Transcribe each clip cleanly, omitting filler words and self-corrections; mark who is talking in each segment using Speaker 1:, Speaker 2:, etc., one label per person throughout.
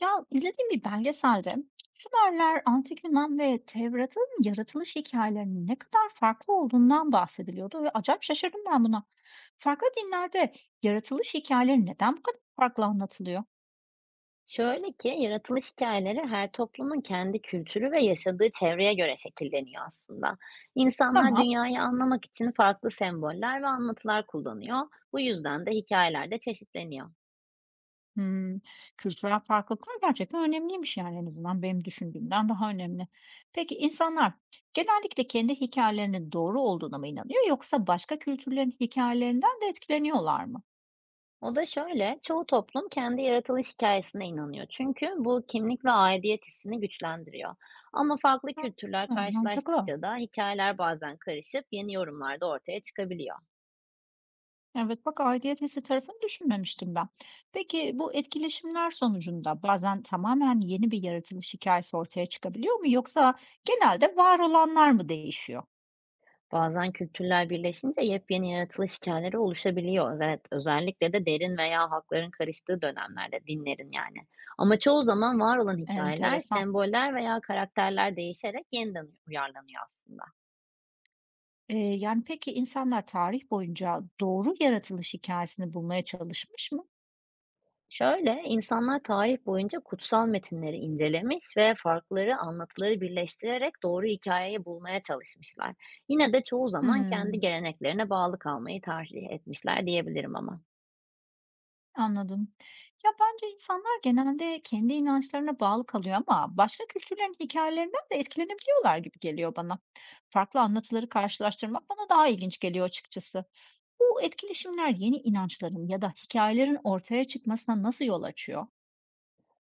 Speaker 1: Ya izlediğim bir belgeselde Sümerler, Antik Yunan ve Tevrat'ın yaratılış hikayelerinin ne kadar farklı olduğundan bahsediliyordu ve acayip şaşırdım ben buna. Farklı dinlerde yaratılış hikayeleri neden bu kadar farklı anlatılıyor?
Speaker 2: Şöyle ki, yaratılış hikayeleri her toplumun kendi kültürü ve yaşadığı çevreye göre şekilleniyor aslında. İnsanlar
Speaker 1: Tamam.
Speaker 2: dünyayı anlamak için farklı semboller ve anlatılar kullanıyor. Bu yüzden de hikâyeler de çeşitleniyor.
Speaker 1: Hmm, kültürel farklılıklar gerçekten önemliymiş yani en azından benim düşündüğümden daha önemli. Peki insanlar genellikle kendi hikayelerinin doğru olduğuna mı inanıyor yoksa başka kültürlerin hikayelerinden de etkileniyorlar mı?
Speaker 2: O da şöyle, çoğu toplum kendi yaratılış hikayesine inanıyor. Çünkü bu kimlik ve aidiyet hissini güçlendiriyor. Ama farklı kültürler
Speaker 1: Ha, mantıklı.
Speaker 2: karşılaştıkça da hikayeler bazen karışıp yeni yorumlar da ortaya çıkabiliyor.
Speaker 1: Evet, bak aidiyet hissi tarafını düşünmemiştim ben. Peki bu etkileşimler sonucunda bazen tamamen yeni bir yaratılış hikayesi ortaya çıkabiliyor mu yoksa genelde var olanlar mı değişiyor?
Speaker 2: Bazen kültürler birleşince yepyeni yaratılış hikayeleri oluşabiliyor. Evet, özellikle de derin veya halkların karıştığı dönemlerde dinlerin yani. Ama çoğu zaman var olan hikayeler,
Speaker 1: Enteresan.
Speaker 2: semboller veya karakterler değişerek yeniden uyarlanıyor aslında.
Speaker 1: Yani peki insanlar tarih boyunca doğru yaratılış hikayesini bulmaya çalışmış mı?
Speaker 2: Şöyle, insanlar tarih boyunca kutsal metinleri incelemiş ve farkları, anlatıları birleştirerek doğru hikayeyi bulmaya çalışmışlar. Yine de çoğu zaman kendi
Speaker 1: Hmm.
Speaker 2: geleneklerine bağlı kalmayı tercih etmişler diyebilirim ama.
Speaker 1: Anladım. Ya, bence insanlar genelde kendi inançlarına bağlı kalıyor ama başka kültürlerin hikayelerinden de etkilenebiliyorlar gibi geliyor bana. Farklı anlatıları karşılaştırmak bana daha ilginç geliyor açıkçası. Bu etkileşimler yeni inançların ya da hikayelerin ortaya çıkmasına nasıl yol açıyor?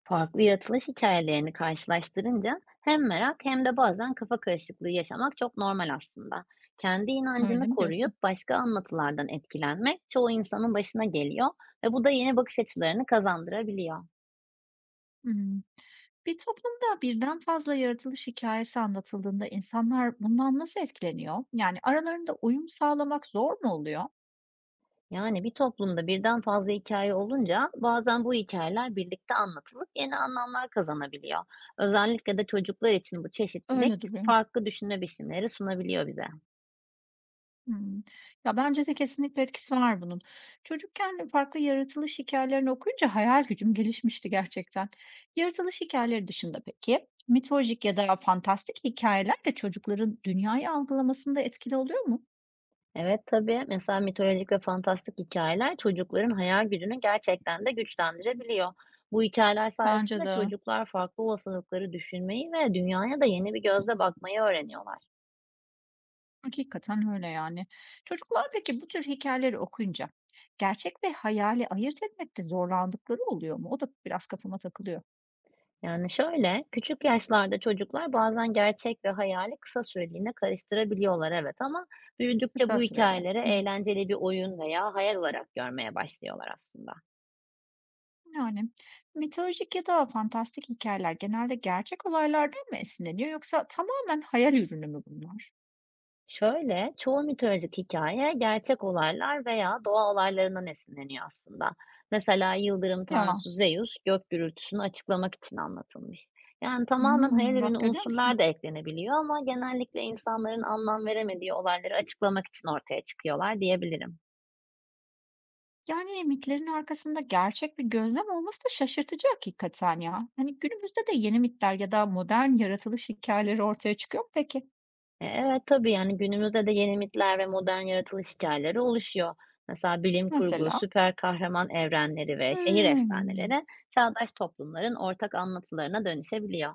Speaker 2: Farklı yaratılış hikayelerini karşılaştırınca hem merak hem de bazen kafa karışıklığı yaşamak çok normal aslında. Kendi
Speaker 1: Öyle
Speaker 2: inancını
Speaker 1: mi diyorsun?
Speaker 2: koruyup başka anlatılardan etkilenmek çoğu insanın başına geliyor ve bu da yeni bakış açılarını kazandırabiliyor.
Speaker 1: Hımm. Bir toplumda birden fazla yaratılış hikayesi anlatıldığında insanlar bundan nasıl etkileniyor? Yani aralarında uyum sağlamak zor mu oluyor?
Speaker 2: Yani bir toplumda birden fazla hikaye olunca bazen bu hikayeler birlikte anlatılıp yeni anlamlar kazanabiliyor. Özellikle de çocuklar için bu çeşitlilik
Speaker 1: Öyle duruyor.
Speaker 2: farklı düşünme biçimleri sunabiliyor bize.
Speaker 1: Hımm. Ya, bence de kesinlikle etkisi var bunun. Çocukken farklı yaratılış hikayelerini okuyunca hayal gücüm gelişmişti gerçekten. Yaratılış hikayeleri dışında peki, mitolojik ya da fantastik hikayeler de çocukların dünyayı algılamasında etkili oluyor mu?
Speaker 2: Evet, tabii. Mesela mitolojik ve fantastik hikayeler çocukların hayal gücünü gerçekten de güçlendirebiliyor. Bu hikayeler sayesinde
Speaker 1: Bence de.
Speaker 2: çocuklar farklı olasılıkları düşünmeyi ve dünyaya da yeni bir gözle bakmayı öğreniyorlar.
Speaker 1: Hakikaten öyle yani. Çocuklar peki bu tür hikayeleri okuyunca gerçek ve hayali ayırt etmekte zorlandıkları oluyor mu? O da biraz kafama takılıyor.
Speaker 2: Yani şöyle, küçük yaşlarda çocuklar bazen gerçek ve hayali kısa süreliğine karıştırabiliyorlar evet ama büyüdükçe
Speaker 1: Kısa
Speaker 2: bu
Speaker 1: süreli.
Speaker 2: hikâyeleri eğlenceli bir oyun veya hayal olarak görmeye başlıyorlar aslında.
Speaker 1: Yani mitolojik ya da fantastik hikayeler genelde gerçek olaylardan mı esinleniyor yoksa tamamen hayal ürünü mü bunlar?
Speaker 2: Şöyle, çoğu mitolojik hikaye gerçek olaylar veya doğa olaylarından esinleniyor aslında. Mesela yıldırım
Speaker 1: Ya,
Speaker 2: tanrısı Zeus gök gürültüsünü açıklamak için anlatılmış. Yani tamamen hayal ürünü
Speaker 1: bak görüyor
Speaker 2: unsurlar
Speaker 1: musun?
Speaker 2: da eklenebiliyor ama genellikle insanların anlam veremediği olayları açıklamak için ortaya çıkıyorlar diyebilirim.
Speaker 1: Yani mitlerin arkasında gerçek bir gözlem olması da şaşırtıcı hakikaten ya. Hani günümüzde de yeni mitler ya da modern yaratılış hikayeleri ortaya çıkıyor mu peki?
Speaker 2: Evet tabii, yani günümüzde de yeni mitler ve modern yaratılış hikâyeleri oluşuyor. Mesela bilim kurgu,
Speaker 1: Mesela?
Speaker 2: süper kahraman evrenleri ve şehir
Speaker 1: Hmm.
Speaker 2: efsaneleri çağdaş toplumların ortak anlatılarına dönüşebiliyor.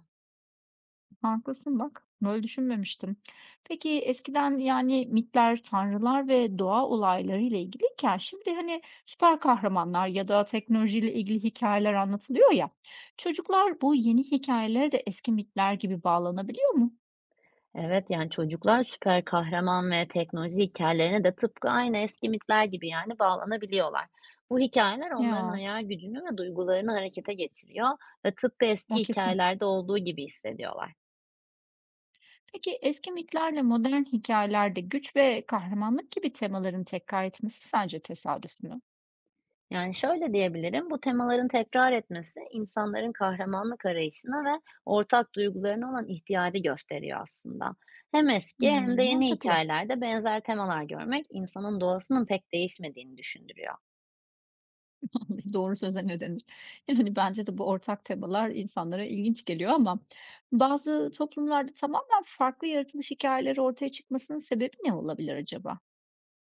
Speaker 1: Haklısın bak. Böyle düşünmemiştim. Peki eskiden yani mitler, tanrılar ve doğa olayları ile ilgiliyken şimdi hani süper kahramanlar ya da teknolojiyle ilgili hikayeler anlatılıyor ya. Çocuklar bu yeni hikayelere de eski mitler gibi bağlanabiliyor mu?
Speaker 2: Evet, yani çocuklar süper kahraman ve teknoloji hikayelerine de tıpkı aynı eski mitler gibi yani bağlanabiliyorlar. Bu hikayeler onların
Speaker 1: Ya,
Speaker 2: hayal gücünü ve duygularını harekete geçiriyor ve tıpkı eski
Speaker 1: o kesin.
Speaker 2: hikayelerde olduğu gibi hissediyorlar.
Speaker 1: Peki eski mitlerle modern hikayelerde güç ve kahramanlık gibi temaların tekrar etmesi sence tesadüf mü?
Speaker 2: Yani şöyle diyebilirim, bu temaların tekrar etmesi insanların kahramanlık arayışına ve ortak duygularına olan ihtiyacı gösteriyor aslında. Hem eski hem de
Speaker 1: Hmm,
Speaker 2: yeni
Speaker 1: mantıklı.
Speaker 2: hikayelerde benzer temalar görmek insanın doğasının pek değişmediğini düşündürüyor.
Speaker 1: Doğru söze ne denir? Yani, hani bence de bu ortak temalar insanlara ilginç geliyor ama bazı toplumlarda tamamen farklı yaratılış hikayeleri ortaya çıkmasının sebebi ne olabilir acaba?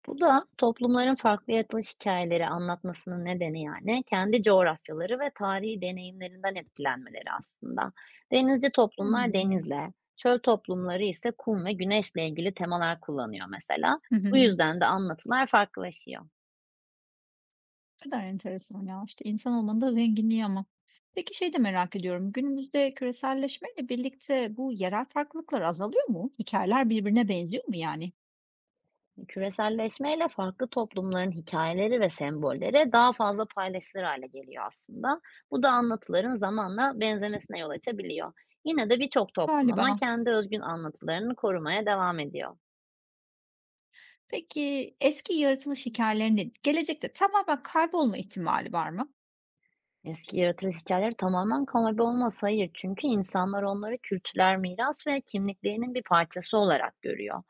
Speaker 2: Bu da toplumların farklı yaratılış hikayeleri anlatmasının nedeni yani kendi coğrafyaları ve tarihi deneyimlerinden etkilenmeleri aslında. Denizci toplumlar
Speaker 1: Hımm.
Speaker 2: denizle, çöl toplumları ise kum ve güneşle ilgili temalar kullanıyor mesela.
Speaker 1: Hı hı.
Speaker 2: Bu yüzden de anlatılar farklılaşıyor.
Speaker 1: Ne kadar enteresan ya. İşte, insan olmanın da zenginliği ama. Peki şey de merak ediyorum, günümüzde küreselleşmeyle birlikte bu yerel farklılıklar azalıyor mu? Hikayeler birbirine benziyor mu yani?
Speaker 2: Küreselleşmeyle farklı toplumların hikayeleri ve sembolleri daha fazla paylaşılır hale geliyor aslında. Bu da anlatıların zamanla benzemesine yol açabiliyor. Yine de birçok toplum
Speaker 1: Galiba.
Speaker 2: ama kendi özgün anlatılarını korumaya devam ediyor.
Speaker 1: Peki eski yaratılış hikayelerinin gelecekte tamamen kaybolma ihtimali var mı?
Speaker 2: Eski yaratılış hikayeleri tamamen kalıbe olmaz, hayır. Çünkü insanlar onları kültürel miras ve kimliklerinin bir parçası olarak görüyor.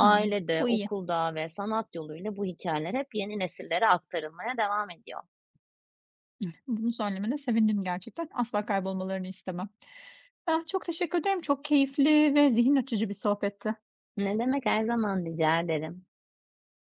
Speaker 1: Hımm. Bu iyi.
Speaker 2: okulda ve sanat yoluyla bu hikayeler hep yeni nesillere aktarılmaya devam ediyor.
Speaker 1: Bunu söylemene sevindim gerçekten. Asla kaybolmalarını istemem. Ah, çok teşekkür ederim. Çok keyifli ve zihin açıcı bir sohbetti.
Speaker 2: Ne demek, her zaman, rica ederim.